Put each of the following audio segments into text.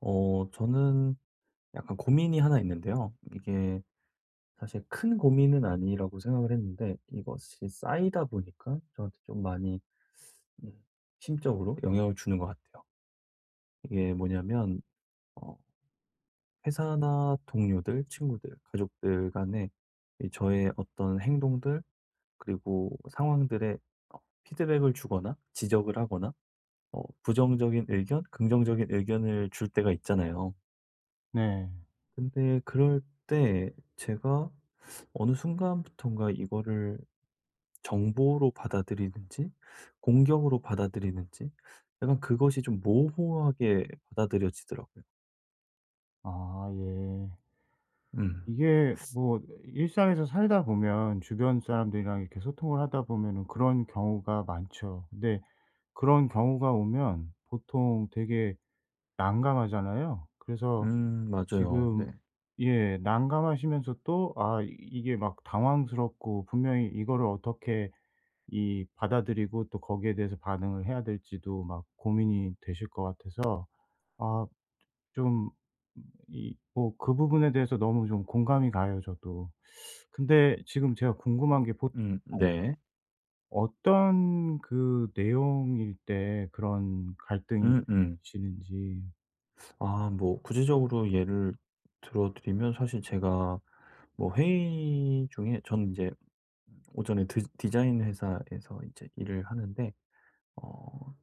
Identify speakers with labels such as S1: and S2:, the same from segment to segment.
S1: 저는 약간 고민이 하나 있는데요. 이게 사실 큰 고민은 아니라고 생각을 했는데 이것이 쌓이다 보니까 저한테 좀 많이 음 심적으로 영향을 주는 것 같아요. 이게 뭐냐면 어 회사나 동료들, 친구들, 가족들 간에 이 저의 어떤 행동들 그리고 상황들에 어 피드백을 주거나 지적을 하거나 부정적인 의견, 긍정적인 의견을 줄 때가 있잖아요.
S2: 네.
S1: 근데 그럴 때 제가 어느 순간부턴가 이거를 정보로 받아들이는지 공격으로 받아들이는지 약간 그것이 좀 모호하게 받아들여지더라고요.
S2: 아 예.
S1: 음.
S2: 이게 뭐 일상에서 살다 보면 주변 사람들이랑 이렇게 소통을 하다 보면은 그런 경우가 많죠. 근데 그런 경우가 오면 보통 되게 난감하잖아요. 그래서
S1: 맞아요.
S2: 지금,
S1: 네.
S2: 예, 난감하시면서 또 아 이게 막 당황스럽고, 분명히 이거를 어떻게 이 받아들이고 또 거기에 대해서 반응을 해야 될지도 막 고민이 되실 것 같아서 아 좀 이 뭐 그 부분에 대해서 너무 좀 공감이 가요, 저도. 근데 지금 제가 궁금한 게, 보통
S1: 네.
S2: 어떤 그 내용일 때 그런 갈등이
S1: 음음.
S2: 느껴지시는지.
S1: 아 뭐 구체적으로 예를 들어 드리면 사실 제가 뭐 회의 중에 저는 이제 오전에 드 디자인 회사에서 이제 일을 하는데 어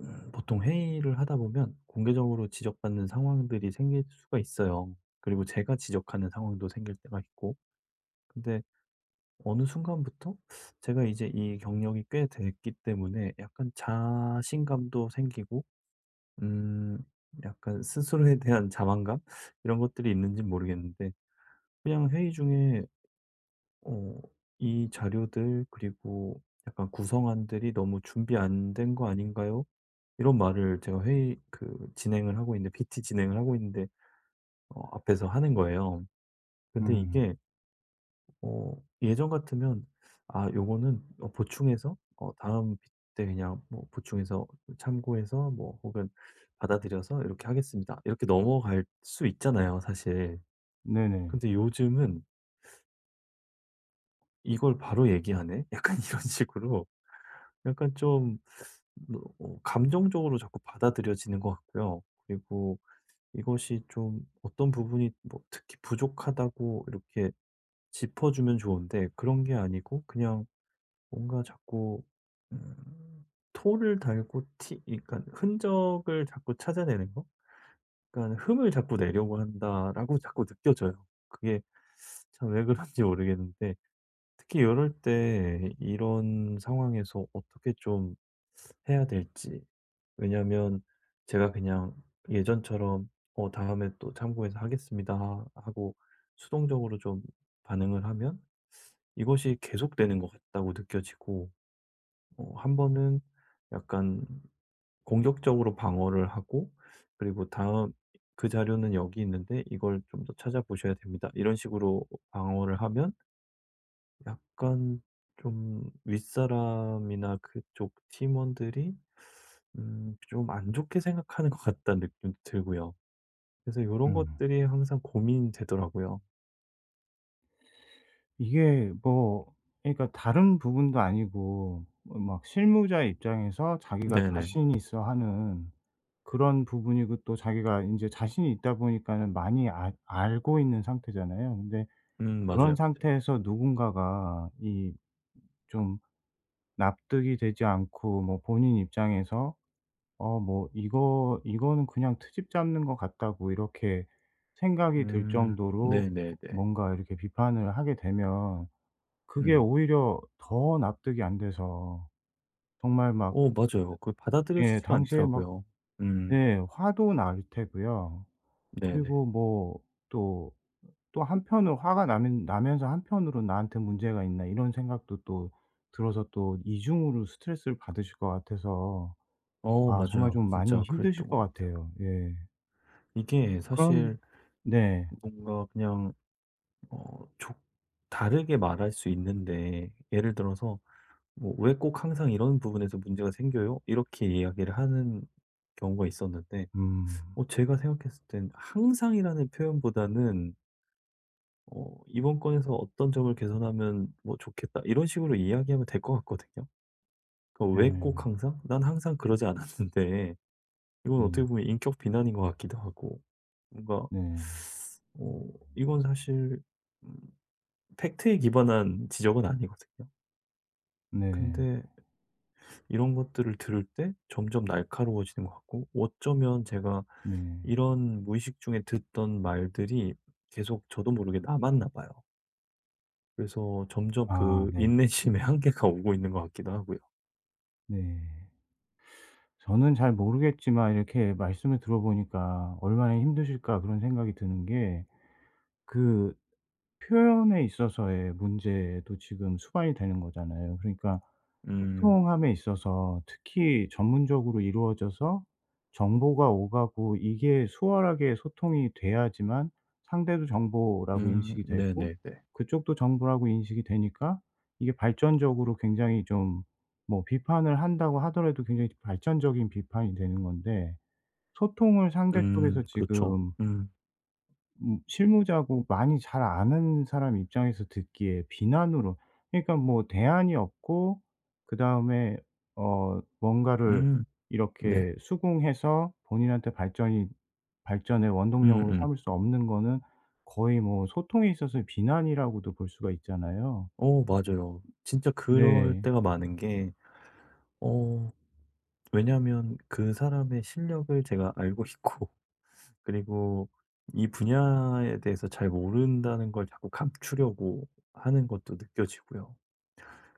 S1: 보통 회의를 하다 보면 공개적으로 지적받는 상황들이 생길 수가 있어요. 그리고 제가 지적하는 상황도 생길 때가 있고. 근데 어느 순간부터 제가 이제 이 경력이 꽤 됐기 때문에 약간 자신감도 생기고 음 약간 스스로에 대한 자만감 이런 것들이 있는지 모르겠는데 그냥 회의 중에 어 이 자료들 그리고 약간 구성안들이 너무 준비 안 된 거 아닌가요? 이런 말을 제가 회의 그 진행을 하고 있는데 PT 진행을 하고 있는데 앞에서 하는 거예요. 근데
S2: 음.
S1: 이게 어 예전 같으면 '아 요거는 보충해서 다음 p 때 그냥 뭐 보충해서 참고해서 뭐 혹은 받아들여서 이렇게 하겠습니다.' 이렇게 넘어갈 수 있잖아요, 사실.
S2: 네네.
S1: 근데 요즘은 '이걸 바로 얘기하네?' 약간 이런 식으로 약간 좀 뭐, 감정적으로 자꾸 받아들여지는 것 같고요. 그리고 이것이 좀 어떤 부분이 뭐 특히 부족하다고 이렇게 짚어주면 좋은데 그런 게 아니고 그냥 뭔가 자꾸 음 토를 달고 티 그러니까 흔적을 자꾸 찾아내는 거? 그러니까 흠을 자꾸 내려고 한다라고 자꾸 느껴져요. 그게 참 왜 그런지 모르겠는데 특히 이럴 때 이런 상황에서 어떻게 좀 해야 될지. 왜냐면 제가 그냥 예전처럼 "어 다음에 또 참고해서 하겠습니다." 하고 수동적으로 좀 반응을 하면 이것이 계속되는 것 같다고 느껴지고 한 번은 약간 공격적으로 방어를 하고 그리고 "다음 그 자료는 여기 있는데 이걸 좀 더 찾아보셔야 됩니다." 이런 식으로 방어를 하면 약간 좀 윗사람이나 그쪽 팀원들이 좀 안 좋게 생각하는 것 같다는 느낌도 들고요. 그래서 요런
S2: 음.
S1: 것들이 항상 고민되더라고요.
S2: 이게 뭐 그러니까 다른 부분도 아니고 막 실무자 입장에서 자기가
S1: 네네.
S2: 자신이 있어 하는 그런 부분이고, 또 자기가 인제 자신이 있다 보니까는 많이 알 알고 있는 상태잖아요. 근데
S1: 맞아요,
S2: 그런
S1: 맞아요.
S2: 상태에서 누군가가 이 좀 납득이 되지 않고 뭐 본인 입장에서 '어 뭐 이거는 그냥 트집 잡는 것 같다.'고 이렇게 생각이 들 정도로
S1: 네네네.
S2: 뭔가 이렇게 비판을 하게 되면, 그게
S1: 음.
S2: 오히려 더 납득이 안 돼서 정말 막,
S1: 어 맞아요. 그
S2: 예,
S1: 받아들여지지가
S2: 당시에 막,
S1: 않더라고요. 음
S2: 네, 화도 날 테고요.
S1: 네네.
S2: 그리고 뭐또 또 한편으로 화가 나면서 한편으로는 '나한테 문제가 있나.' 이런 생각도 또 들어서 또 이중으로 스트레스를 받으실 것 같아서
S1: 어
S2: 아 정말
S1: 맞아요.
S2: 좀 많이
S1: 진짜
S2: 힘드실
S1: 그랬던
S2: 것
S1: 것 같아요.
S2: 같아요. 예.
S1: 이게
S2: 그런.
S1: 사실
S2: 네.
S1: 뭔가 그냥 어 조 다르게 말할 수 있는데 예를 들어서 뭐 "왜 꼭 항상 이런 부분에서 문제가 생겨요?" 이렇게 이야기를 하는 경우가 있었는데
S2: 음.
S1: 어 제가 생각했을 땐 "항상이라는 표현보다는 '이번 건에서 어떤 점을 개선하면 뭐 좋겠다.' 이런 식으로 이야기하면 될 것 같거든요. 그러니까 왜 꼭
S2: 네.
S1: 항상? 난 항상 그러지 않았는데 이건 어떻게
S2: 네.
S1: 보면 인격 비난인 것 같기도 하고 뭔가
S2: 네.
S1: 어 이건 사실 음 팩트에 기반한 지적은 아니거든요.
S2: 네.
S1: 근데 이런 것들을 들을 때 점점 날카로워지는 것 같고 어쩌면 제가
S2: 네.
S1: 이런 무의식 중에 듣던 말들이 계속 저도 모르게 남았나 봐요. 그래서 점점
S2: 아
S1: 그
S2: 네.
S1: 인내심의 한계가 오고 있는 것 같기도 하고요.
S2: 네. 저는 잘 모르겠지만 이렇게 말씀을 들어보니까 '얼마나 힘드실까.' 그런 생각이 드는 게, 그 표현에 있어서의 문제도 지금 수반이 되는 거잖아요. 그러니까
S1: 음.
S2: 소통함에 있어서 특히 전문적으로 이루어져서 정보가 오가고 이게 수월하게 소통이 돼야지만, 상대도 정보라고
S1: 음.
S2: 인식이 되고
S1: 네네네.
S2: 그쪽도 정보라고 인식이 되니까, 이게 발전적으로 굉장히 좀 뭐 비판을 한다고 하더라도 굉장히 발전적인 비판이 되는 건데, 소통을 상대
S1: 음.
S2: 쪽에서
S1: 그렇죠.
S2: 지금
S1: 음.
S2: 실무자고 많이 잘 아는 사람 입장에서 듣기에 비난으로, 그러니까 뭐 대안이 없고, 그다음에 뭔가를
S1: 음. 네.
S2: 이렇게 수긍해서 본인한테 발전이 발전의 원동력으로
S1: 음음.
S2: 삼을 수 없는 거는 거의 뭐 소통에 있어서의 비난이라고도 볼 수가 있잖아요.
S1: 어 맞아요. 진짜 그럴
S2: 네.
S1: 때가 많은 게 어 왜냐하면 그 사람의 실력을 제가 알고 있고 그리고 이 분야에 대해서 잘 모른다는 걸 자꾸 감추려고 하는 것도 느껴지고요.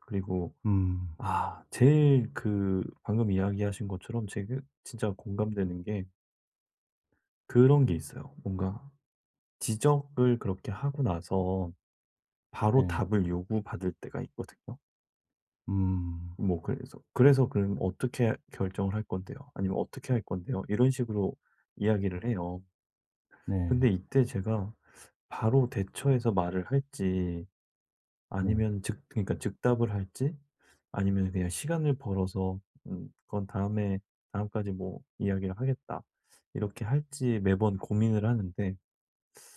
S1: 그리고
S2: 음.
S1: 아, 제일 그 방금 이야기하신 것처럼 제가 진짜 공감되는 게 그런 게 있어요. 뭔가 지적을 그렇게 하고 나서 바로
S2: 네.
S1: 답을 요구받을 때가 있거든요.
S2: 음.
S1: 뭐 그래서 그래서 그럼 어떻게 결정을 할 건데요? 아니면 어떻게 할 건데요? 이런 식으로 이야기를 해요.
S2: 네.
S1: 근데 이때 제가 바로 대처해서 말을 할지
S2: 네.
S1: 아니면 즉 그러니까 즉답을 할지 아니면 그냥 시간을 벌어서 "그건 다음에 다음까지 뭐 이야기를 하겠다." 이렇게 할지 매번 고민을 하는데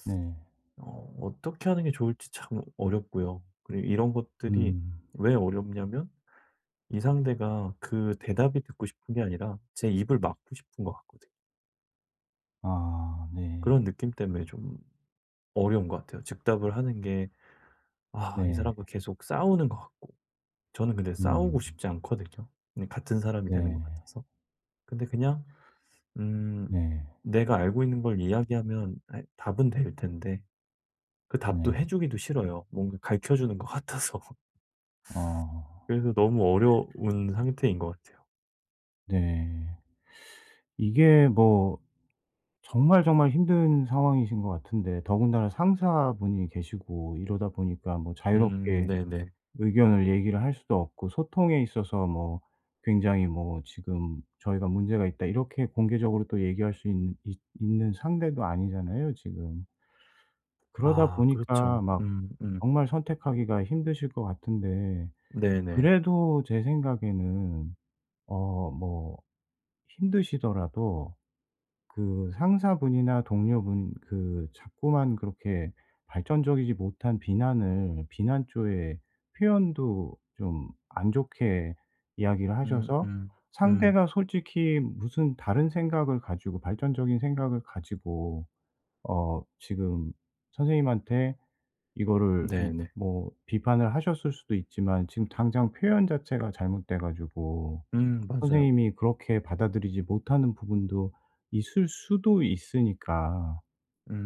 S2: 네.
S1: 어떻게 하는 게 좋을지 참 어렵고요. 그리고 이런 것들이
S2: 음.
S1: 왜 어렵냐면 이 상대가 그 대답이 듣고 싶은 게 아니라 제 입을 막고 싶은 것 같거든요.
S2: 아 네.
S1: 그런 느낌 때문에 좀 어려운 것 같아요. 즉답을 하는 게 아 이
S2: 네.
S1: 사람과 계속 싸우는 것 같고. 저는 근데
S2: 음.
S1: 싸우고 싶지 않거든요, 그냥 같은 사람이 되는 것
S2: 네.
S1: 같아서. 근데 그냥 음
S2: 네.
S1: 내가 알고 있는 걸 이야기하면 아, 답은 될 텐데 그 답도
S2: 네.
S1: 해 주기도 싫어요, 뭔가 가르쳐 주는 것 같아서.
S2: 어
S1: 그래서 너무 어려운 상태인 것 같아요.
S2: 네. 이게 뭐 정말, 정말 힘든 상황이신 것 같은데 더군다나 상사분이 계시고 이러다 보니까 뭐 자유롭게
S1: 네네.
S2: 의견을 얘기를 할 수도 없고, 소통에 있어서 뭐 굉장히 뭐 "지금 저희가 문제가 있다." 이렇게 공개적으로 또 얘기할 수 있는 상대도 아니잖아요, 지금. 그러다
S1: 아
S2: 보니까
S1: 그렇죠.
S2: 막 정말 선택하기가 힘드실 것 같은데,
S1: 네네.
S2: 그래도 제 생각에는 뭐 힘드시더라도 그 상사분이나 동료분 자꾸만 그렇게 발전적이지 못한 비난 쪽에, 표현도 좀 안 좋게 이야기를
S1: 음
S2: 하셔서
S1: 음. 음.
S2: 상대가 솔직히 무슨 다른 생각을 가지고, 발전적인 생각을 가지고 지금 선생님한테 이거를
S1: 네네.
S2: 뭐 비판을 하셨을 수도 있지만, 지금 당장 표현 자체가 잘못돼 가지고
S1: 맞아요.
S2: 선생님이 그렇게 받아들이지 못하는 부분도 있을 수도 있으니까,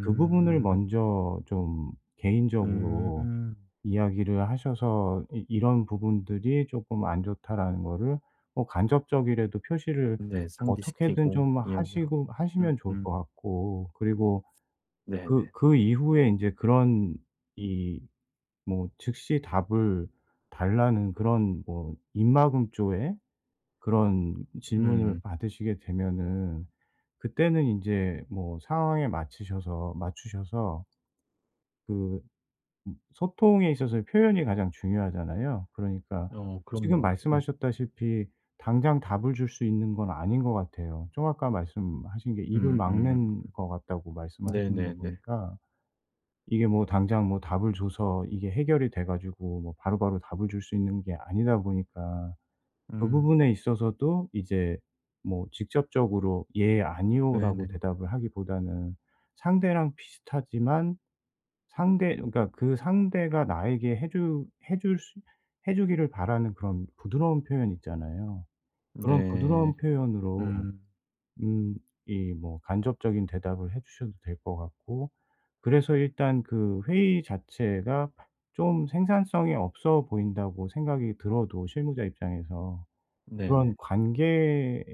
S2: 그 부분을 먼저 좀 개인적으로
S1: 음.
S2: 이야기를 하셔서 이 "이런 부분들이 조금 안 좋다."라는 거를 뭐 간접적이라도 표시를
S1: 네
S2: 어떻게든
S1: 상기시키고
S2: 좀 하시고
S1: 이야기하고.
S2: 하시면
S1: 음
S2: 좋을 것
S1: 음.
S2: 같고, 그리고 그
S1: 네네네.
S2: 그 이후에 이제 그런 이 뭐 즉시 답을 달라는 그런 뭐입막조에 그런 질문을
S1: 음.
S2: 받으시게 되면은, 그때는 인제 뭐 상황에 맞추셔서 그 소통에 있어서의 표현이 가장 중요하잖아요. 그러니까
S1: 어
S2: 지금
S1: 그럼요.
S2: 말씀하셨다시피 당장 답을 줄 수 있는 건 아닌 것 같아요. 좀 아까 말씀하신 게 입을
S1: 음
S2: 막는
S1: 음.
S2: 것 같다고 말씀을 하시는 거
S1: 네네네.
S2: 보니까, 이게 뭐 당장 뭐 답을 줘서 이게 해결이 돼 가지고 뭐 바로바로 답을 줄 수 있는 게 아니다 보니까 그
S1: 음
S2: 부분에 있어서도 이제 뭐 직접적으로 "예, 아니요."라고
S1: 네네.
S2: 대답을 하기보다는 상대랑 비슷하지만, 상대 그러니까 그 상대가 나에게 해주 해 줄 수 해 주기를 바라는 그런 부드러운 표현 있잖아요. 그런
S1: 네.
S2: 부드러운 표현으로
S1: 음
S2: 음 이 뭐 간접적인 대답을 해 주셔도 될 것 같고, 그래서 일단 그 회의 자체가 좀 생산성이 없어 보인다고 생각이 들어도, 실무자 입장에서
S1: 네네.
S2: 그런 관계의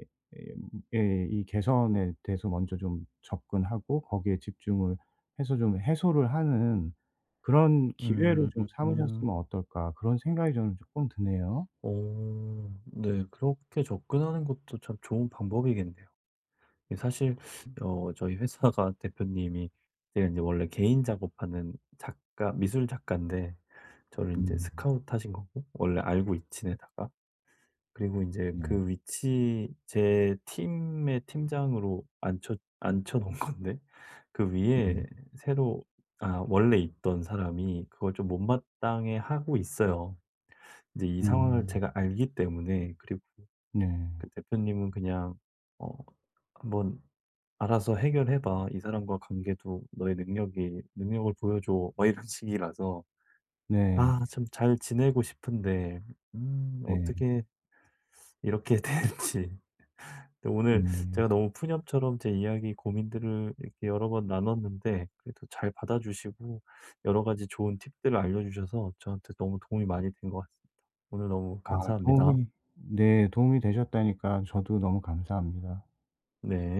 S2: 이 개선에 대해서 먼저 좀 접근하고, 거기에 집중을 해서 좀 해소를 하는 그런 기회로
S1: 음.
S2: 좀
S1: 음.
S2: 삼으셨으면 어떨까, 그런 생각이 저는 쪼끔 드네요.
S1: 오, 네. 그렇게 접근하는 것도 참 좋은 방법이겠네요. 이 사실 저희 회사가 대표님이 제가 이제 원래 개인 작업하는 작가 미술 작가인데 저를 이제
S2: 음
S1: 스카우트하신 거고 원래 알고 지내다가 그리고 이제
S2: 네.
S1: 그 위치 제 팀의 팀장으로 앉혀 놓은 건데 그
S2: 음.
S1: 위에 새로 아 원래 있던 사람이 그걸 좀 못마땅해 하고 있어요. 이제 이 상황을
S2: 음.
S1: 제가 알기 때문에 그리고
S2: 네.
S1: 그 대표님은 그냥 어 "한번 알아서 해결해 봐. 이 사람과 관계도 너의 능력이 능력을 보여줘." 뭐 이런 식이라서
S2: 네.
S1: 아 참 잘 지내고 싶은데
S2: 네.
S1: 어떻게 이렇게 될지 근데 오늘
S2: 네.
S1: 제가 너무 푸념처럼 제 이야기 고민들을 이렇게 여러 번 나눴는데 그래도 잘 받아주시고 여러 가지 좋은 팁들을 알려주셔서 저한테 너무 도움이 많이 된 것 같습니다. 오늘 너무
S2: 아,
S1: 감사합니다.
S2: 도움이 네, 도움이 되셨다니까 저도 너무 감사합니다.
S1: 네.